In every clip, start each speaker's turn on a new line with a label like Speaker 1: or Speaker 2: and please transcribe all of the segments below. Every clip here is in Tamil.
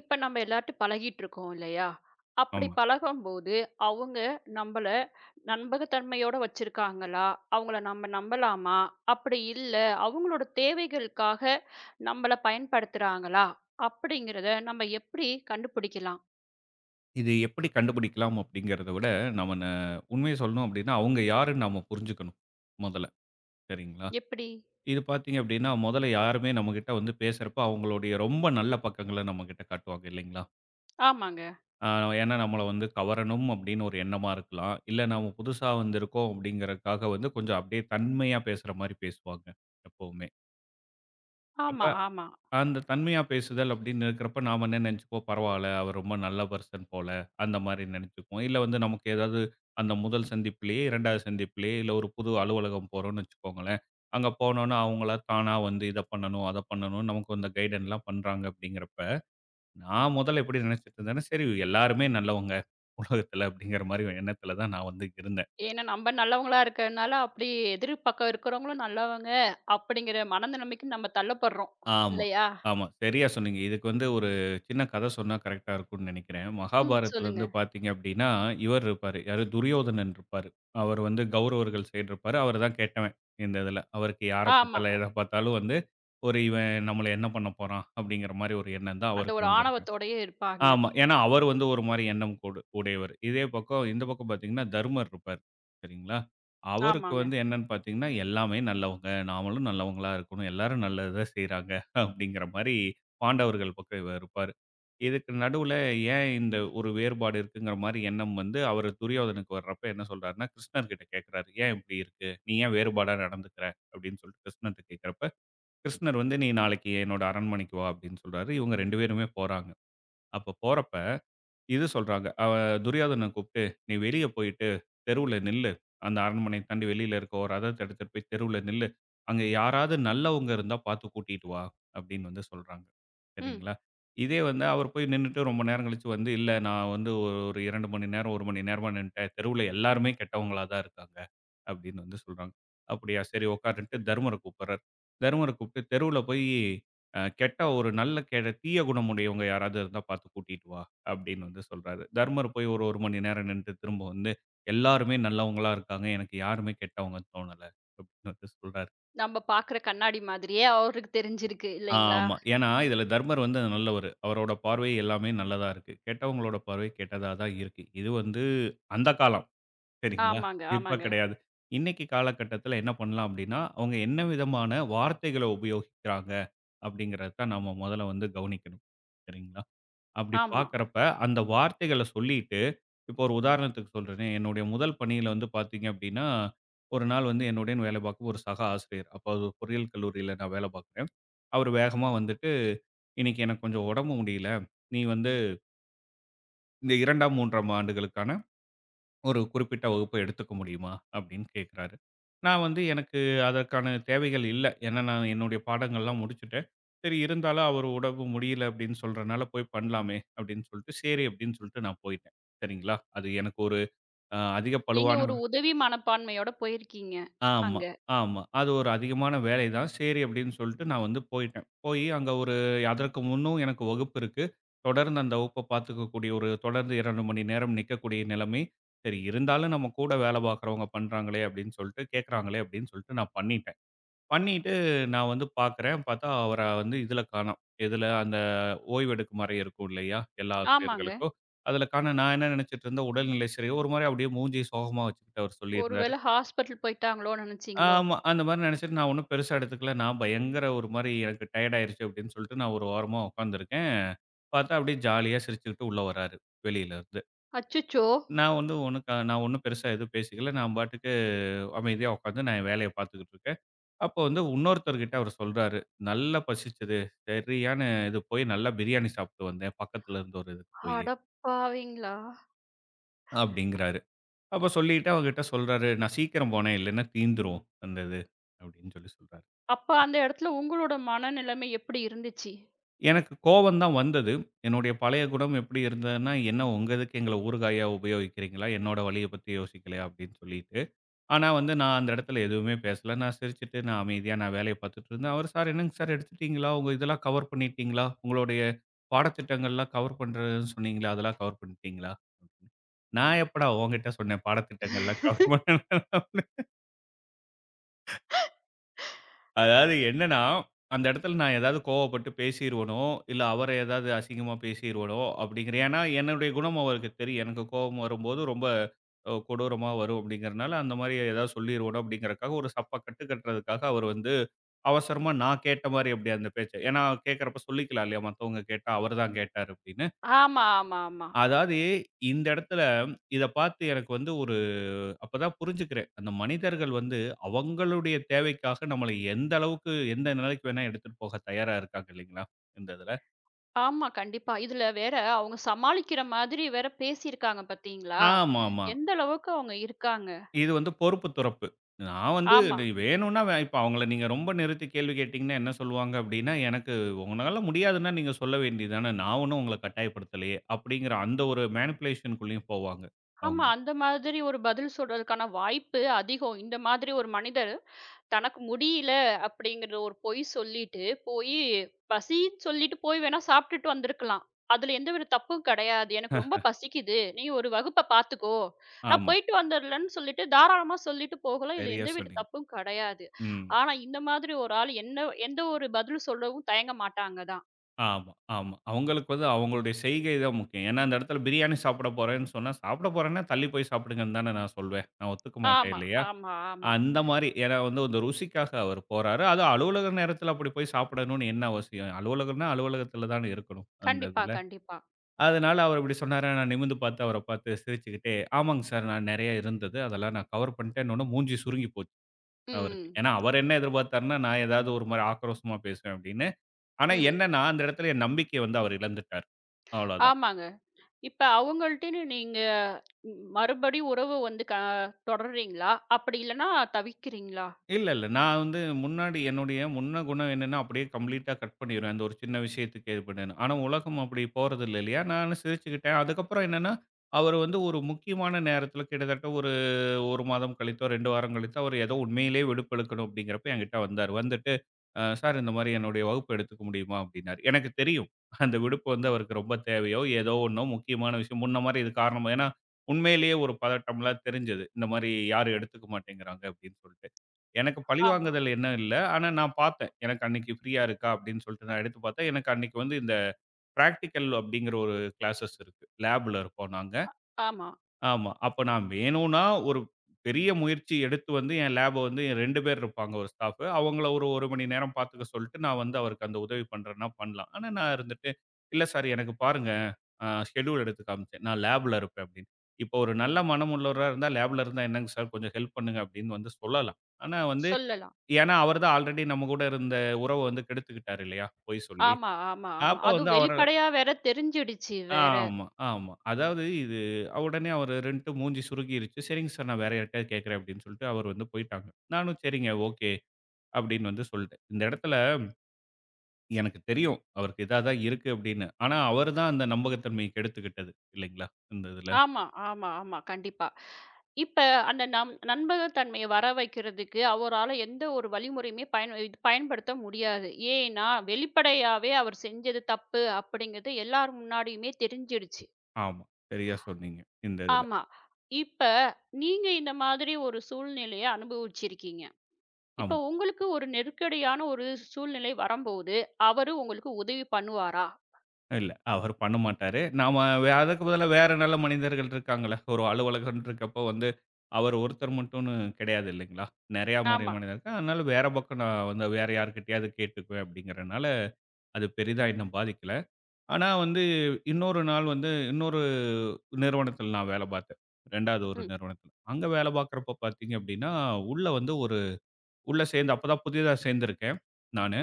Speaker 1: இப்ப நம்ம எல்லார்ட்டும் பழகிட்டுருக்கோம் இல்லையா? அப்படி
Speaker 2: ஆமா.
Speaker 1: பழகும்போது, அவங்க நம்பள நம்பகத்தன்மையோட வச்சிருக்காங்களா? அவங்கள நம்ம நம்பலாமா? அப்படி இல்ல, அவங்களோட தேவைகளுக்காக நம்மள பயன்படுத்துறாங்களா? அப்படிங்கிறத நம்ம எப்படி கண்டுபிடிக்கலாம்?
Speaker 2: இது எப்படி கண்டுபிடிக்கலாம் அப்படிங்கிறத விட, நம்ம ந உண்மைய சொல்லணும் அப்படின்னா, அவங்க யாருன்னு நம்ம புரிஞ்சுக்கணும், மொதல்ல. சரிங்களா?
Speaker 1: எப்படி?
Speaker 2: இது பார்த்தீங்க அப்படின்னா, மொதல்ல யாருமே நம்மகிட்ட வந்து பேசுறப்ப, அவங்களுடைய ரொம்ப நல்ல பக்கங்கள நம்மகிட்ட காட்டுவாங்க இல்லைங்களா?
Speaker 1: ஆமாங்க.
Speaker 2: அ ஏன்னா நம்மள வந்து கவரணும் அப்படின்னு ஒரு எண்ணமா இருக்கலாம். இல்ல நாம புதுசா வந்திருக்கோம் அப்படிங்கிறதுக்காக வந்து கொஞ்சம் அப்படியே தன்மையா பேசுற மாரி பேசுவாங்க, எப்பவுமே. அப்ப
Speaker 1: ஆமா, ஆமா.
Speaker 2: அந்த தன்மையா பேசுதல் அப்படின்னு இருக்கிறப்ப நாம என்ன நினைச்சுக்குவோம் பரவாயில்ல அவர் ரொம்ப நல்ல பர்சன் போல அந்த மாதிரி நினைச்சுக்குவோம் இல்லை வந்து நமக்கு ஏதாவது அந்த முதல் சந்திப்புலேயே இரண்டாவது சந்திப்புலேயே இல்லை ஒரு புது அலுவலகம் போகிறோம்னு வச்சுக்கோங்களேன் அங்கே போனோன்னா அவங்களா தானாக வந்து இதை பண்ணணும் அதை பண்ணணும் நமக்கு இந்த கைடன்லாம் பண்ணுறாங்க அப்படிங்கிறப்ப நான் முதல்ல எப்படி நினச்சிட்டு இருந்தேன்னா சரி எல்லாருமே நல்லவங்க உலகத்தில் அப்படிங்கிற மாதிரி எண்ணத்தில் தான் நான் வந்து இருந்தேன்.
Speaker 1: ஏன்னா நம்ம நல்லவங்களா இருக்கறனால, அப்படி எதிர் பக்கம் இருக்கிறவங்களும் நல்லவங்க அப்படிங்கிற மனநிலைமைக்கு நம்ம தள்ளப்படுறோம்.
Speaker 2: ஆமா,
Speaker 1: இல்லையா?
Speaker 2: ஆமா. சரியா சொன்னீங்க. இதுக்கு வந்து ஒரு சின்ன கதை சொன்னா கரெக்ட்டா இருக்கும்னு நெனைக்கிறேன்.
Speaker 1: ம்.
Speaker 2: மகாபாரதத்துல
Speaker 1: சொல்லுங்க.
Speaker 2: வந்து பார்த்தீங்க அப்டின்னா, இவர் இருப்பாரு. யாரு துரியோதனன் இருப்பாரு. அவர் வந்து கௌரவர்கள் சைடு இருப்பாரு. அவரு தான் கெட்டவன் இந்த இதுல. அவருக்கு யார
Speaker 1: ஆமா.
Speaker 2: பார்த்தாலும், எத பார்த்தாலும் வந்து ஒரு இவன் நம்மள என்ன பண்ண போறான்? அப்டிங்கிற மாரி ஒரு எண்ணம் தான்
Speaker 1: அந்த
Speaker 2: அவருக்கு
Speaker 1: ஒரு
Speaker 2: வந்து இருக்கும்.
Speaker 1: ஆணவத்தோடயே இருப்பாங்க.
Speaker 2: ஆமா. ஏன்னா, அவர் வந்து ஒரு மாரி எண்ணம் கூடு உடையவர். இதே பக்கம் இந்த பக்கம் பார்த்தீங்கன்னா, தருமர் இருப்பார். சரிங்களா? அவருக்கு
Speaker 1: ஆமாங்க.
Speaker 2: வந்து என்னன்னு பார்த்தீங்கன்னா, எல்லாமே நல்லவங்க. நாமளும் நல்லவங்களா இருக்கணும். எல்லாரும் நல்லது தான் செய்றாங்க. அப்படிங்கிற மாரி பாண்டவர்கள் பக்கம் இவர் இருப்பாரு. இதுக்கு நடுவுல ஏன் இந்த ஒரு வேறுபாடு இருக்குங்கிற மாரி எண்ணம் வந்து அவரு துரியோதனுக்கு வர்றப்ப என்ன சொல்றாருன்னா, கிருஷ்ணர்கிட்ட கேட்கிறாரு. "ஏன் இப்படி இருக்கு? நீ ஏன் வேறுபாடா நடந்துக்கிற?" அப்படின்னு சொல்லிட்டு கிருஷ்ணர்ட்ட கேட்கிறப்ப, கிருஷ்ணர் வந்து "நீ நாளைக்கு என்னோட அரண்மனைக்கு வா" அப்படின்னு சொல்றாரு. இவங்க 2 பேருமே போறாங்க. அப்ப போறப்ப இது சொல்றாங்க. துரியாதன கூப்பிட்டு, "நீ வெளிய போயிட்டு தெருவுல நில்லு. அந்த அரண்மனைய தாண்டி வெளியில இருக்க ஒரு ரதத்த எடுத்துட்டு போய் தெருவுல நில்லு. அங்க யாராவது நல்லவங்க இருந்தா பார்த்து கூட்டிட்டு வா" அப்படின்னு வந்து சொல்றாங்க.
Speaker 1: ம்.
Speaker 2: சரிங்களா? இதே வந்து அவர் போய் நின்னுட்டு ரொம்ப நேரம் கழிச்சு வந்து, "இல்ல நான் வந்து ஒரு 2 மணி நேரம், 1 மணி நேரமா நின்னுட்டேன். தெருவுல எல்லாருமே கெட்டவங்களா தான் இருக்காங்க" அப்படின்னு வந்து சொல்றாங்க. "அப்படியா? சரி உட்காருன்ட்டு" தருமர கூப்பிடுறாரு. தருமர கூப்பிட்டு, "தெருவுல போய் கெட்ட ஒரு நல்ல கெட தீய குணமுடையவங்க யாராவது இருந்தா பார்த்து கூட்டிட்டு வா" அப்படின்னு வந்து சொல்றாரு. தர்மர் போய் ஒரு 1 மணி நேரம் நின்னுட்டு திரும்ப வந்து, எல்லாருமே நல்லவங்களா இருக்காங்க. எனக்கு யாருமே கெட்டவங்க தோணல. அப்படின்னு வந்து சொல்றாரு.
Speaker 1: நம்ம பாக்குற கண்ணாடி மாதிரியே அவருக்கு தெரிஞ்சிருக்கு இல்லைங்களா?
Speaker 2: ஆமா. ஏன்னா இதுல தர்மர் வந்து நல்லவரு. அவரோட பார்வை எல்லாமே நல்லதா இருக்கு. கெட்டவங்களோட பார்வை கெட்டதா தான் இருக்கு. இது வந்து அந்த காலம். சரிங்களா?
Speaker 1: ஆமாங்க,
Speaker 2: இப்ப
Speaker 1: ஆமாங்க.
Speaker 2: கிடையாது. இன்னைக்கு காலகட்டத்தில என்ன பண்ணலாம் அப்படின்னா, அவங்க என்ன விதமான வார்த்தைகள உபயோகிக்கிறாங்க அப்படிங்கிறத தான் நம்ம முதல்ல வந்து கவனிக்கணும். சரிங்களா? அப்படி
Speaker 1: ஆமா.
Speaker 2: பார்க்கிறப்ப அந்த வார்த்தைகள சொல்லிட்டு இப்போ ஒரு உதாரணத்துக்கு சொல்றேனே, என்னுடைய முதல் பணியில வந்து பார்த்தீங்க அப்டின்னா, ஒரு நாள் வந்து என்னுடன் வேலை பார்க்கும் ஒரு சக ஆசிரியர். அப்போ அது ஒரு பொறியியல் கல்லூரியில நான் வேலை பார்க்குறேன். அவரு வேகமா வந்துட்டு, "இன்னைக்கு எனக்கு கொஞ்சம் உடம்பு முடியல. நீ வந்து இந்த 2ஆம், 3ஆம் ஆண்டுகளுக்கான ஒரு குறிப்பிட்ட வகுப்ப எடுத்துக்க முடியுமா?" அப்படின்னு கேட்குறாரு. நான் வந்து எனக்கு அதற்கான தேவைகள் இல்ல. ஏன்னா, நான் என்னுடைய பாடங்கள்லாம் முடிச்சுட்டேன். சரி இருந்தாலும் அவரு உடம்பு முடியல அப்படின்னு சொல்றனால, போய் பண்ணலாமே அப்படின்னு சொல்லிட்டு, சரி அப்படின்னு சொல்லிட்டு நான் போயிட்டேன். சரிங்களா? அது எனக்கு ஒரு அதிக
Speaker 1: நீங்க
Speaker 2: பளுவான
Speaker 1: ஒரு உதவி மனப்பான்மையோட போயிருக்கீங்க
Speaker 2: ஆமா,
Speaker 1: அங்க.
Speaker 2: ஆமா. அது ஒரு அதிகமான வேலை தான். சரி அப்படின்னு சொல்லிட்டு நான் வந்து போயிட்டேன். போயி அங்க ஒரு அதற்கு முன்னும் எனக்கு வகுப்பு இருக்கு. தொடர்ந்து அந்த வகுப்ப பார்த்துக்கக்கூடிய ஒரு தொடர்ந்து 2 மணி நேரம் நிக்கக்கூடிய நிலைமை. சரி இருந்தாலும் நம்ம கூட வேலை பார்க்குறவங்க பண்றாங்களே அப்படின்னு சொல்லிட்டு கேட்கறாங்களே அப்படின்னு சொல்லிட்டு நான் பண்ணிட்டேன். பண்ணிட்டு நான் வந்து பார்க்குறேன். பார்த்தா அவர வந்து இதுல காணோம். எதுல அந்த ஓய்வெடுக்கும் அறை இருக்கும் இல்லையா? எல்லா
Speaker 1: ஆமாங்க.
Speaker 2: ஆசிரியர்களுக்கும். அதுல காணோம். நான் என்ன நினைச்சுட்டு இருந்தேன், உடல்நிலை சரி ஒரு மாரி அப்படியே மூஞ்சிய சோகமா வச்சுக்கிட்டு அவர் சொல்லியிருந்தாரு.
Speaker 1: ஒருவேள ஹாஸ்பிட்டல் போயிட்டாங்களோன்னு நெனச்சீங்களோ?
Speaker 2: ஆமா. அந்த மாரி நெனச்சுட்டு நான் ஒண்ணும் பெருசா எடுத்துக்கல. நான் பயங்கர ஒரு மாரி எனக்கு டயர்ட் ஆயிருச்சு அப்டின்னு சொல்லிட்டு நான் ஒரு ஓரமா உட்காந்துருக்கேன். பார்த்தா அப்டியே ஜாலியா சிரிச்சுக்கிட்டு உள்ள வராரு வெளியிலருந்து.
Speaker 1: அச்சச்சோ!
Speaker 2: நான் வந்து ஒண்ணும் க நான் ஒண்ணும் பெருசா எதுவும் பேசிக்கல. நான் பாட்டுக்கு அமைதியா உட்காந்து நான் என் வேலைய பார்த்துக்கிட்டு இருக்கேன். அப்போ வந்து இன்னொருத்தர்கிட்ட அவரு சொல்றாரு, "நல்லா பசிச்சது. சரியான இது போய் நல்லா பிரியாணி சாப்ட்டு வந்தேன். பக்கத்துல இருந்த ஒரு இதுக்கு போயி"
Speaker 1: அடப்பாவிங்களா!
Speaker 2: அப்டிங்கிறாரு. அப்ப சொல்லிட்டு அவங்ககிட்ட சொல்றாரு, "நான் சீக்கிரம் போனேன். இல்லன்னா தீந்துரும் அந்த இது" அப்டின்னு சொல்லி சொல்றாரு.
Speaker 1: அப்ப அந்த இடத்துல உங்களோட மனநிலைமை எப்படி இருந்துச்சு?
Speaker 2: எனக்கு கோவம் தான் வந்தது. என்னுடைய பழைய குணம் எப்படி இருந்ததுன்னா, "என்ன உங்க இதுக்கு எங்கள ஊறுகாயா உபயோகிக்கிறீங்களா? என்னோட வலிய பத்தி யோசிக்கலையா?" அப்படின்னு சொல்லிட்டு. ஆனா வந்து நான் அந்த இடத்துல எதுவுமே பேசல. நான் சிரிச்சுட்டு, நான் அமைதியா நான் வேலைய பார்த்துட்டு இருந்தேன். அவரு, "சார் என்னங்க சார் எடுத்துட்டீங்களா? உங்க இதெல்லாம் கவர் பண்ணிட்டீங்களா? உங்களுடைய பாடத்திட்டங்கள்லாம் கவர் பண்றேன்னு சொன்னீங்களே, அதெல்லாம் கவர் பண்ணிட்டீங்களா?" அப்படின்னு. நான் எப்படா உன்கிட்ட சொன்னேன் பாடத்திட்டங்கள்லாம் கவர் பண்ண அதாவது என்னன்னா, அந்த இடத்துல நான் ஏதாவது கோவப்பட்டு பேசிருவனோ, இல்ல அவர ஏதாவது அசிங்கமா பேசிருவனோ அப்படிங்கிற ஏன்னா என்னுடைய குணம் அவருக்கு தெரியும். எனக்கு கோவம் வரும்போது ரொம்ப கொடூரமா வரும் அப்படிங்கிறனால, அந்த மாரி ஏதாவது சொல்லிருவனோ அப்படிங்கிறக்காக ஒரு சப்ப கட்டு கட்டுறதுக்காக அவர் வந்து அவசரமா நான் கேட்ட மாரி அப்படி அந்த பேச்ச ஏன்னா கேட்கிறப்ப சொல்லிக்கலாம் இல்லையா? மத்தவங்க கேட்டா அவரு தான் கேட்டாரு அப்படின்னு.
Speaker 1: ஆமா, ஆமா, ஆமா.
Speaker 2: அதாவது இந்த இடத்துல இத பார்த்து எனக்கு வந்து ஒரு அப்பதான் புரிஞ்சுக்கிறேன். அந்த மனிதர்கள் வந்து அவங்களுடைய தேவைக்காக நம்மள எந்த அளவுக்கு, எந்த நிலைக்கு வேணா எடுத்துட்டு போக தயாரா இருக்காங்க இல்லைங்களா? இந்த இதுல.
Speaker 1: ஆமா, கண்டிப்பா. இதுல வேற அவங்க சமாளிக்கிற மாதிரி வேற பேசியிருக்காங்க பாத்தீங்களா?
Speaker 2: ஆமாமா.
Speaker 1: எந்த அளவுக்கு அவங்க இருக்காங்க.
Speaker 2: இது வந்து பொறுப்பு துறப்பு. நான் வந்து
Speaker 1: ஆமா.
Speaker 2: இது வேணும்னா இப்ப அவங்கள நீங்க ரொம்ப நிறுத்தி கேள்வி கேட்டீங்கன்னா என்ன சொல்லுவாங்க அப்டின்னா, "எனக்கு உங்கனால முடியாதுன்னா நீங்க சொல்ல வேண்டியது தானே. நான் ஒண்ணும் உங்கள கட்டாயப்படுத்தலையே" அப்டிங்கிற அந்த ஒரு மேனிபுலேஷன் குள்ளயும் போவாங்க
Speaker 1: ஆமா.
Speaker 2: அவங்க.
Speaker 1: அந்த மாதிரி ஒரு பதில் சொல்றதுக்கான வாய்ப்பு அதிகம். இந்த மாதிரி ஒரு மனிதர் தனக்கு முடியல அப்படிங்கிற ஒரு பொய் சொல்லிட்டு போயி, பசின்னு சொல்லிட்டு போய் வேணா சாப்பிட்டுட்டு வந்திருக்கலாம். அதுல எந்த ஒரு தப்பும் கிடையாது. எனக்கு ரொம்ப பசிக்குது. நீ ஒரு வகுப்ப பார்த்துக்கோ. நான்
Speaker 2: ஆமா.
Speaker 1: போயிட்டு வந்துர்றேன்னு சொல்லிட்டு தாராளமா சொல்லிட்டு போகலாம். இதுல
Speaker 2: சரியா
Speaker 1: எந்தவித
Speaker 2: சொன்னீங்க.
Speaker 1: தப்பும் கிடையாது.
Speaker 2: ம்.
Speaker 1: ஆனா இந்த மாதிரி ஒரு ஆள் என்ன எந்த ஒரு பதில் சொல்லவும் தயங்க மாட்டாங்க தான்.
Speaker 2: ஆமா, ஆமா. அவங்களுக்கு வந்து அவங்களுடைய செய்கை தான் முக்கியம். ஏன்னா, அந்த இடத்துல பிரியாணி சாப்பிட போறேன்னு சொன்னா, சாப்பிட போறேன்னா தள்ளி போய் சாப்பிடுங்கன்னு தானே நான் சொல்வேன். நான் ஒத்துக்க மாட்டேன்
Speaker 1: ஆமா,
Speaker 2: இல்லையா?
Speaker 1: ஆமா, ஆமா.
Speaker 2: அந்த மாரி ஏன்னா வந்து அந்த ருசிக்காக அவர் போறாரு. அதுவும் அலுவலக நேரத்துல அப்படி போய் சாப்பிடணும்னு என்ன அவசியம்? அலுவலகம்னா அலுவலகத்துல தானே இருக்கணும், அந்த
Speaker 1: கண்டிப்பா,
Speaker 2: இதுல.
Speaker 1: கண்டிப்பா.
Speaker 2: அதனால அவர் இப்படி சொன்னாரு. நான் நிமிர்ந்து பார்த்து அவர பார்த்து சிரிச்சுக்கிட்டே, "ஆமாங்க சார், நான் நெறைய இருந்தது. அதெல்லாம் நான் கவர் பண்ணிட்டேன்னோன மூஞ்சி சுருங்கி போச்சு." அவருக்கு.
Speaker 1: ம்,
Speaker 2: ஏன்னா, அவர் என்ன எதிர்பார்த்தாருன்னா, நான் ஏதாவது ஒரு மாரி ஆக்ரோஷமா பேசுவேன் அப்படின்னு. ஆனா
Speaker 1: ம்.
Speaker 2: என்னன்னா, அந்த இடத்துல என் நம்பிக்கைய வந்து அவர் இழந்துட்டார். அவ்வளோதான்.
Speaker 1: ஆமாங்க. இப்ப அவங்கள்ட்டன்னு நீங்க மறுபடியும் உறவு வந்து தொடர்றீங்களா? அப்படி இல்லன்னா தவிக்கிறீங்களா?
Speaker 2: இல்ல, இல்ல. நான் வந்து முன்னாடி என்னுடைய முன்ன குணம் என்னன்னா, அப்படியே கம்ப்ளீட்டா கட் பண்ணிருவேன். அந்த ஒரு சின்ன விஷயத்துக்கு இது பண்ணேன்னு. ஆனா உலகம் அப்படி போறதில்ல இல்லையா? நானும் சிரிச்சுக்கிட்டேன். அதுக்கப்புறம் என்னன்னா, அவரு வந்து ஒரு முக்கியமான நேரத்தில கிட்டத்தட்ட ஒரு 1 மாதம் கழித்தோ, 2 வாரம் கழித்தோ, அவர் ஏதோ உண்மையிலேயே விடுப்பெடுக்கணும் அப்படிங்கிறப்ப என்கிட்ட வந்தாரு. வந்துட்டு, " சார் இந்த மாரி என்னுடைய வகுப்பு எடுத்துக்க முடியுமா?" அப்படின்னாரு. எனக்கு தெரியும். அந்த விடுப்பு வந்து அவருக்கு ரொம்ப தேவையோ, ஏதோ ஒண்ணோ முக்கியமான விஷயம். முன்ன மாரி இது காரணமா ஏன்னா, உண்மையிலேயே ஒரு பதட்டம்லாம் தெரிஞ்சது. இந்த மாரி யாரும் எடுத்துக்க மாட்டேங்கிறாங்க அப்படின்னு சொல்லிட்டு. எனக்கு
Speaker 1: ஆமா,
Speaker 2: பழிவாங்குதல் என்ன இல்ல. ஆனா நான் பார்த்தேன். எனக்கு அன்னைக்கு ஃப்ரீயா இருக்கா அப்படின்னு சொல்லிட்டு நான் எடுத்து பார்த்தேன். எனக்கு அன்னைக்கு வந்து இந்த பிராக்டிகல் அப்படிங்கிற ஒரு கிளாஸஸ் இருக்கு. லேப்ல இருப்போம் நாங்க.
Speaker 1: ஆமா.
Speaker 2: ஆமா. அப்ப நான் வேணும்னா ஒரு பெரிய முயற்சி எடுத்து வந்து என் லேப வந்து 2 பேர் இருப்பாங்க ஒரு ஸ்டாஃப். அவங்கள ஒரு 1 மணி நேரம் பார்த்துக்க சொல்லிட்டு நான் வந்து அவருக்கு அந்த உதவி பண்றேன்னா பண்ணலாம். ஆனா நான் இருந்துட்டு, "இல்ல சார் எனக்கு பாருங்க" ஷெட்யூல் எடுத்து காமிச்சேன். நான் லேப்ல இருப்பேன் அப்படின்னு. இப்போ ஒரு நல்ல மனமுள்ளவரா இருந்தா லேப்ல இருந்தா என்னங்க சார் கொஞ்சம் ஹெல்ப் பண்ணுங்க அப்படின்னு வந்து சொல்லலாம். ஆனா வந்து
Speaker 1: சொல்லலாம்.
Speaker 2: ஏன்னா, அவர் தான் ஆல்ரெடி நம்ம கூட இருந்த உறவ வந்து கெடுத்துக்கிட்டாரு இல்லையா? பொய் சொல்லி.
Speaker 1: ஆமா, ஆமா, ஆமா.
Speaker 2: அப்ப வந்து
Speaker 1: அதுவும்
Speaker 2: அவரு
Speaker 1: வெளிப்படையா வேற தெரிஞ்சிடுச்சு வேற.
Speaker 2: ஆமா, ஆமா. அதாவது இது உடனே அவரு 2டும் மூஞ்சி சுருங்கிருச்சு. "சரிங்க சார், நான் வேற யார்ட்டயாவது கேட்கிறேன்." அப்படின்னு சொல்லிட்டு அவர் வந்து போயிட்டாங்க. நானும் "சரிங்க, ஓகே." அப்படின்னு வந்து சொல்லிட்டேன். இந்த இடத்துல எனக்கு தெரியும், அவருக்கு இதா தான் இருக்கு அப்படின்னு. ஆனா, அவரு தான் அந்த நம்பகத்தன்மைய கெடுத்துக்கிட்டது இல்லைங்களா? இந்த இதுல.
Speaker 1: ஆமா, ஆமா, ஆமா. கண்டிப்பா. இப்ப அந்த நம்பகத்தன்மைய வர வைக்கிறதுக்கு அவரால எந்த ஒரு வழிமுறையுமே பயன்படுத்த முடியாது. ஏன்னா, வெளிப்படையாவே அவர் செஞ்சது தப்பு அப்படிங்கிறது எல்லார் முன்னாடியுமே தெரிஞ்சிடுச்சு.
Speaker 2: ஆமா. சரியா சொன்னீங்க. இந்த இதுல.
Speaker 1: ஆமா. இப்ப நீங்க இந்த மாதிரி ஒரு சூழ்நிலைய அனுபவிச்சிருக்கீங்க.
Speaker 2: ஆமா.
Speaker 1: இப்ப உங்களுக்கு ஒரு நெருக்கடியான ஒரு சூழ்நிலை வரம்போது, அவரு உங்களுக்கு உதவி பண்ணுவாரா?
Speaker 2: இல்ல. அவரு பண்ண மாட்டாரு. நாம அதுக்கு பதிலா வேற நல்ல மனிதர்கள் இருக்காங்கல்ல. ஒரு அலுவலகம்னு இருக்கப்போ வந்து, அவர் ஒருத்தர் மட்டும்னு கிடையாது இல்லைங்களா? நெறையா மாரி
Speaker 1: ஆமா.
Speaker 2: மனிதர் இருக்காங்க. அதனால வேற பக்கம் நான் வந்து வேற யார்கிட்டயாவது கேட்டுக்குவேன் அப்படிங்கிறனால, அது பெரிதா என்ன பாதிக்கல. ஆனா வந்து இன்னொரு நாள் வந்து இன்னொரு நிறுவனத்தில நான் வேலை பார்த்தேன். 2வது ஒரு
Speaker 1: ம்.
Speaker 2: நிறுவனத்தில. அங்க வேலை பார்க்கிறப்போ பார்த்தீங்க அப்படின்னா, உள்ள வந்து ஒரு உள்ள சேர்ந்து அப்பதான் புதிதா சேர்ந்திருக்கேன் நானு.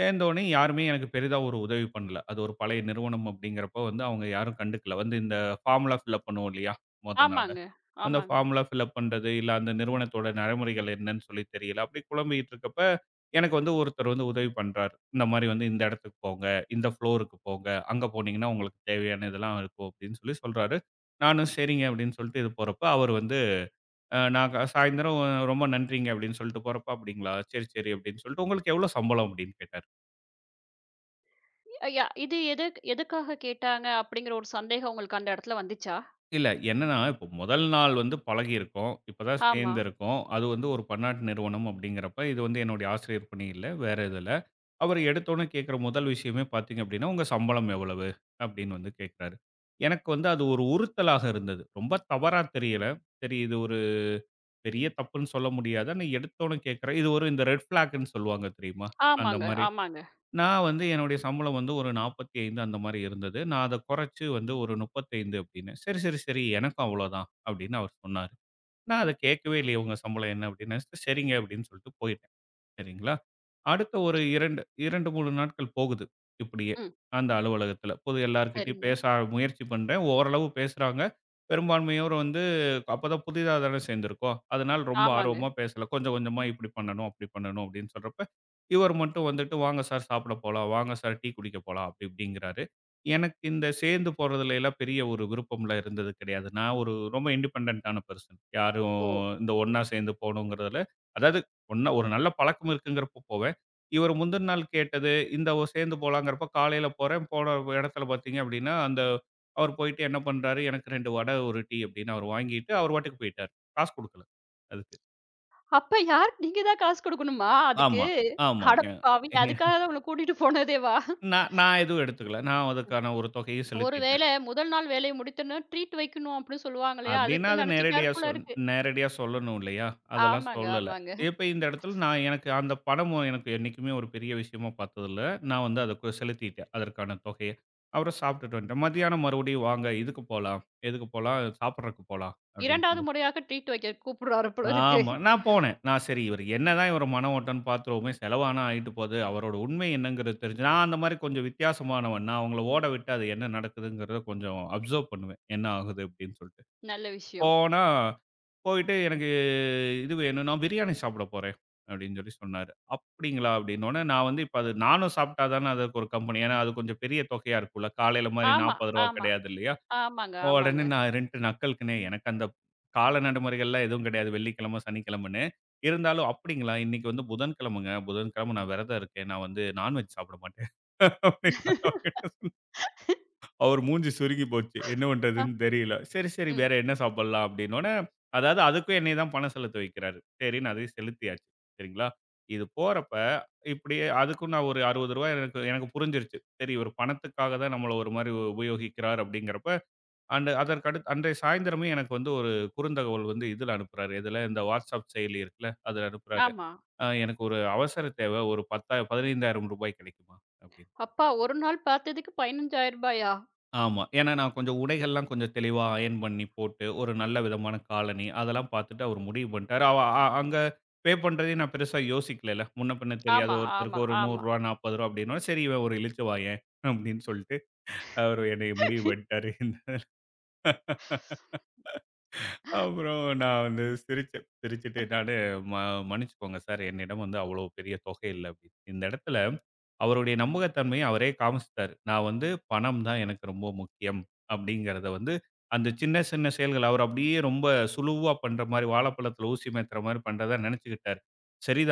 Speaker 2: சேர்ந்தோனே யாருமே எனக்கு பெரிதா ஒரு உதவி பண்ணல. அது ஒரு பழைய நிறுவனம் அப்படிங்கிறப்போ வந்து அவங்க யாரும் கண்டுக்கல. வந்து இந்த ஃபார்முலா ஃபில்அப் பண்ணுவோம் இல்லையா? மொத நாளு.
Speaker 1: ஆமாங்க,
Speaker 2: அந்த
Speaker 1: ஆமாங்க.
Speaker 2: ஃபார்முலா ஃபில்அப் பண்றது, இல்ல அந்த நிறுவனத்தோட நடைமுறைகள் என்னன்னு சொல்லி தெரியல. அப்படி குழம்பிக்கிட்டு இருக்கப்ப, எனக்கு வந்து ஒருத்தர் வந்து உதவி பண்றாரு. இந்த மாரி வந்து இந்த இடத்துக்கு போங்க, இந்த ஃப்ளோருக்கு போங்க, அங்க போனீங்கன்னா உங்களுக்கு தேவையான இதெல்லாம் இருக்கும் அப்படின்னு சொல்லி சொல்றாரு. நானும் சரிங்க அப்படின்னு சொல்லிட்டு இது போறப்ப, அவர் வந்து அ நான் க சாயந்தரம் ரொம்ப நன்றிங்க அப்படின்னு சொல்லிட்டு போறப்ப, அப்படிங்களா சரி, சரி அப்படின்னு சொல்லிட்டு உங்களுக்கு எவ்வளோ சம்பளம் அப்படின்னு கேட்டாரு.
Speaker 1: அ யா இது எதுக்காக கேட்டாங்க அப்படிங்கிற ஒரு சந்தேகம் உங்களுக்கு அந்த இடத்துல வந்துச்சா?
Speaker 2: இல்ல. என்னன்னா, இப்போ முதல் நாள் வந்து பழகியிருக்கோம். இப்பதான்
Speaker 1: ஆமா.
Speaker 2: சேர்ந்திருக்கோம். அது வந்து ஒரு பன்னாட்டு நிறுவனம் அப்படிங்கிறப்ப, இது வந்து என்னுடைய ஆசிரியர் பணி இல்ல. வேற இதுல. அவரு எடுத்தோனே கேட்கிற முதல் விஷயமே பார்த்தீங்க அப்படின்னா, "உங்க சம்பளம் எவ்வளவு?" அப்படின்னு வந்து கேட்கிறாரு. எனக்கு வந்து அது ஒரு உறுத்தலாக இருந்தது. ரொம்ப தவறா தெரியல. சரி இது ஒரு பெரிய தப்புன்னு சொல்ல முடியாது. ஆனா எடுத்தோனே கேட்கிறேன். இது ஒரு இந்த ரெட் ஃபிளாக்ன்னு சொல்லுவாங்க தெரியுமா? அந்த
Speaker 1: ஆமாங்க,
Speaker 2: மாரி
Speaker 1: ஆமாங்க.
Speaker 2: நான் வந்து என்னுடைய சம்பளம் வந்து ஒரு 45 அந்த மாரி இருந்தது. நான் அத குறைச்சு வந்து ஒரு 35 அப்டின்னேன். "சரி, சரி, சரி எனக்கும் அவ்வளோதான்" அப்டின்னு அவர் சொன்னாரு. நான் அத கேட்கவே இல்லையே, "உங்க சம்பளம் என்ன?" அப்டின்னு. "சரிங்க" அப்டின்னு சொல்லிட்டு போயிட்டேன். சரிங்களா? அடுத்த ஒரு
Speaker 1: இ
Speaker 2: 3 நாட்கள் போகுது இப்படியே.
Speaker 1: ம்.
Speaker 2: அந்த அலுவலகத்தில. பொது எல்லார்கிட்டயும்
Speaker 1: சரிங்க.
Speaker 2: பேச முயற்சி பண்றேன். ஓரளவு பேசுறாங்க. பெரும்பான்மையோர் வந்து அப்பதான் புதிதா தானே சேர்ந்திருக்கோம். அதனால ரொம்ப
Speaker 1: ஆமாங்க.
Speaker 2: ஆர்வமா பேசல. கொஞ்சம் கொஞ்சமா இப்படி பண்ணணும், அப்படி பண்ணணும் அப்படின்னு சொல்றப்ப, இவர் மட்டும் வந்துட்டு வாங்க சார் சாப்பிட போலாம், வாங்க சார் டீ குடிக்க போலாம் அப்படி இப்படிங்கிறாரு. எனக்கு இந்த சேர்ந்து போறதுல எல்லாம் பெரிய ஒரு விருப்பம்லாம் இருந்தது கிடையாது. நான் ஒரு ரொம்ப இண்டிபெண்டன்ட்டான பெர்சன். யாரும்
Speaker 1: ஓ!
Speaker 2: இந்த ஒண்ணா சேர்ந்து போணுங்கிறதுல அதாவது ஒண்ணா ஒரு நல்ல பழக்கம் இருக்குங்கிறப்போ போவேன். இவரு முந்தின நாள் கேட்டது, இந்த சேர்ந்து போலாங்கிறப்ப காலையில போறேன். போன இடத்துல பார்த்தீங்க அப்படின்னா, அந்த அவர் போயிட்டு என்ன பண்றாரு, எனக்கு 2 வடை, 1 டீ அப்படின்னு அவர் வாங்கிட்டு அவர் பாட்டுக்கு போயிட்டாரு. காசு குடுக்கல அதுக்கு.
Speaker 1: அப்ப யார் நீங்க தான் காசு குடுக்கணுமா அதுக்கு?
Speaker 2: ஆமா, ஆமாங்க.
Speaker 1: அடப்பாவி! அதுக்காக தான் உங்கள கூட்டிட்டு போனதேவா?
Speaker 2: நான் நான் எதுவும் எடுத்துக்கல. நான் அதுக்கான ஒரு தொகையும்
Speaker 1: ஒரு
Speaker 2: செலுத்திட்டேன்.
Speaker 1: வேளை முதல் நாள் வேலைய முடித்தோனே ட்ரீட் வைக்கணும் அப்படின்னு சொல்லுவாங்க இல்லையா?
Speaker 2: அப்டின்னா,
Speaker 1: அதுக்கு
Speaker 2: அது
Speaker 1: நினைச்சிட்டாரு போல இருக்கு.
Speaker 2: நேரடியா சொல்லணும் இல்லையா? அதெல்லாம்
Speaker 1: ஆமாங்க,
Speaker 2: சொல்லல.
Speaker 1: ஆமாங்க.
Speaker 2: இப்ப இந்த இடத்துல நான் எனக்கு அந்த பணமும் எனக்கு என்னைக்குமே ஒரு பெரிய விஷயமா பார்த்ததில்ல. நான் வந்து அத செலுத்திட்டேன். அதற்கான தொகைய. அப்புறம் சாப்பிட்டுட்டு வந்துட்டேன். மதியானம் மறுபடியும் வாங்க இதுக்கு போலாம். எதுக்கு போலாம்? சாப்பிடறக்கு போலாம் அப்டின்னு
Speaker 1: 2வது
Speaker 2: சொல்லி.
Speaker 1: முறையாக ட்ரீட் வைக்க கூப்பிடுறாரு போல இருக்கு.
Speaker 2: ஆமா. நான் போனேன். நான் சரி இவரு என்னதான் இவரு மன ஓட்டம்ன்னு பார்த்துருவோமே, செலவானா ஆயிட்டு போது. அவரோட உண்மை என்னங்கிறது தெரிஞ்சு நான் அந்த மாரி கொஞ்சம் வித்தியாசமானவன். நான் அவங்கள ஓட விட்டு அது என்ன நடக்குதுங்கிறத கொஞ்சம் அப்சர்வ் பண்ணுவேன். என்ன ஆகுது அப்டின்னு சொல்லிட்டு.
Speaker 1: நல்ல விஷயம்.
Speaker 2: போனா, போயிட்டு எனக்கு இது வேணும். நான் பிரியாணி சாப்பிட போறேன் அப்படின்னு சொல்லி சொன்னாரு. அப்படிங்களா அப்படின்னோனே, நான் வந்து இப்ப அது நானும் சாப்பிட்டா தானே அதுக்கு ஒரு கம்பெனி. ஏன்னா அது கொஞ்சம் பெரிய தொகையா இருக்கும்ல. காலையில மாரி ரூ.
Speaker 1: ஆமா,
Speaker 2: 40 ரூபாய்
Speaker 1: ஆமா.
Speaker 2: கிடையாது இல்லையா?
Speaker 1: ஆமாங்க, ஆமாங்க.
Speaker 2: உடனே நான் 2 நக்கலுக்குன்னே எனக்கு அந்த கால நடைமுறைகள்லாம் எதுவும் கிடையாது. வெள்ளிக்கிழமை, சனிக்கிழமைன்னு. இருந்தாலும் அப்படிங்களா இன்னைக்கு வந்து புதன்கிழமைங்க. புதன்கிழமை நான் விரதம் இருக்கேன். நான் வந்து நான்வெஜ் சாப்பிட மாட்டேன். அவர் மூஞ்சி சுருங்கி போச்சு. என்ன
Speaker 1: அ,
Speaker 2: பண்றதுன்னு தெரியல. சரி, சரி
Speaker 1: ம்.
Speaker 2: வேற என்ன சாப்பிடலாம் அப்படின்னோனே, அதாவது அதுக்கும் என்னைய தான் பணம் செலுத்த வைக்கிறாரு. சரின்னு அதையும் செலுத்தியாச்சு. சரிங்களா? இது போறப்ப இப்படியே அதுக்கும் நான் ஒரு ரூ. 60 ரூபாய் எனக்கு எனக்கு புரிஞ்சிருச்சு. சரி இவர் பணத்துக்காக தான் நம்மள ஒரு மாரி உபயோகிக்கிறார் அப்படிங்கிறப்ப, அண்ட் அதற்கு அடுத்து அன்றைய சாயந்திரமே எனக்கு வந்து ஒரு குறுந்தகவல் வந்து இதில அனுப்புறாரு. எதுல இந்த WhatsApp செயலி இருக்குல்ல, அதில அனுப்புறாரு.
Speaker 1: ஆமா.
Speaker 2: " எனக்கு ஒரு அவசர தேவை. ஒரு 10 15,000 ரூபாய் கிடைக்குமா?" அப்படின்னு.
Speaker 1: அப்பா ஒரு நாள் பார்த்ததுக்கு ரூ. 15,000.
Speaker 2: ஆமா. ஏன்னா நான் கொஞ்சம் உடைகள்லாம் கொஞ்சம் தெளிவா அயர்ன் பண்ணி போட்டு, ஒரு நல்ல விதமான காலணி அதெல்லாம் பார்த்துட்டு அவரு முடிவு பண்ணிட்டாரு. அவ அ அங்க பே பண்றதையும் நான் பெருசா யோசிக்கலல்ல. முன்ன பின்ன தெரியாத
Speaker 1: ஆமா, ஆமா,
Speaker 2: ஒருத்தருக்கு ஒரு ரூ. 100 ரூபாய்
Speaker 1: ஆமா.
Speaker 2: ரூ. 40 ரூபாய் அப்படின்னோன, சரி இவன் ஒரு இளிச்சவாயன் அப்படின்னு சொல்லிட்டு அவரு என்னைய முடிவு பண்ணிட்டாரு. அப்புறம் நான் வந்து சிரிச்சேன். சிரிச்சுட்டு நானு ம மன்னிச்சுக்கோங்க சார் என்னிடம் வந்து அவ்வளோ பெரிய தொகை இல்ல அப்படின்னு. இந்த இடத்துல அவருடைய நம்பகத்தன்மைய அவரே காமிச்சுட்டாரு. நான் வந்து பணம் தான் எனக்கு ரொம்ப முக்கியம் அப்படிங்கிறத வந்து அந்த சின்ன சின்ன செயல்கள் அவர் அப்படியே ரொம்ப சுலுவா பண்ற மாரி வாழைப்பழத்தில ஊசி மேத்துற மாரி பண்றதா நினைச்சுக்கிட்டாரு.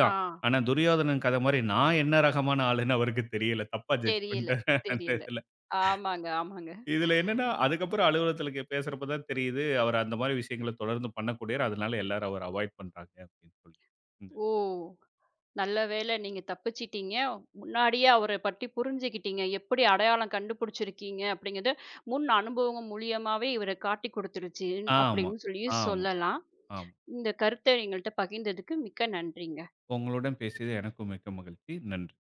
Speaker 1: ஆ
Speaker 2: ஆனா துரியோதனன் கதை மாரி நான் என்ன ரகமான ஆளுன்னு அவருக்கு தெரியல. தப்பா ஜட்ஜ்
Speaker 1: தெரியல,
Speaker 2: பண்ணிட்டாரு அந்த
Speaker 1: தெரியல.
Speaker 2: இதுல.
Speaker 1: ஆமாங்க, ஆமாங்க.
Speaker 2: இதுல என்னன்னா, அதுக்கப்புறம் அலுவலகத்துல பேசுறப்ப தான் தெரியுது, அவரு அந்த மாரி விஷயங்கள தொடர்ந்து பண்ணக்கூடியவர். அதனால எல்லாரும் அவர அவாய்ட் பண்றாங்க அப்படின்னு சொல்லி. ம்.
Speaker 1: ஓ! நல்ல வேளை நீங்க தப்பிச்சிட்டீங்க. முன்னாடியே அவர பற்றி புரிஞ்சுக்கிட்டீங்க. எப்படி அடையாளம் கண்டுபிடிச்சிருக்கீங்க அப்படிங்கிறது, முன் அனுபவம் மூலியமாவே இவர காட்டிக் குடுத்துருச்சு
Speaker 2: ஆமா,
Speaker 1: அப்படின்னு சொல்லி
Speaker 2: ஆமா,
Speaker 1: சொல்லலாம்.
Speaker 2: ஆமா.
Speaker 1: இந்த கருத்த எங்கள்ட்ட பகிர்ந்ததுக்கு மிக்க நன்றிங்க.
Speaker 2: உங்களுடன் பேசியது எனக்கும் மிக்க மகிழ்ச்சி. நன்றி.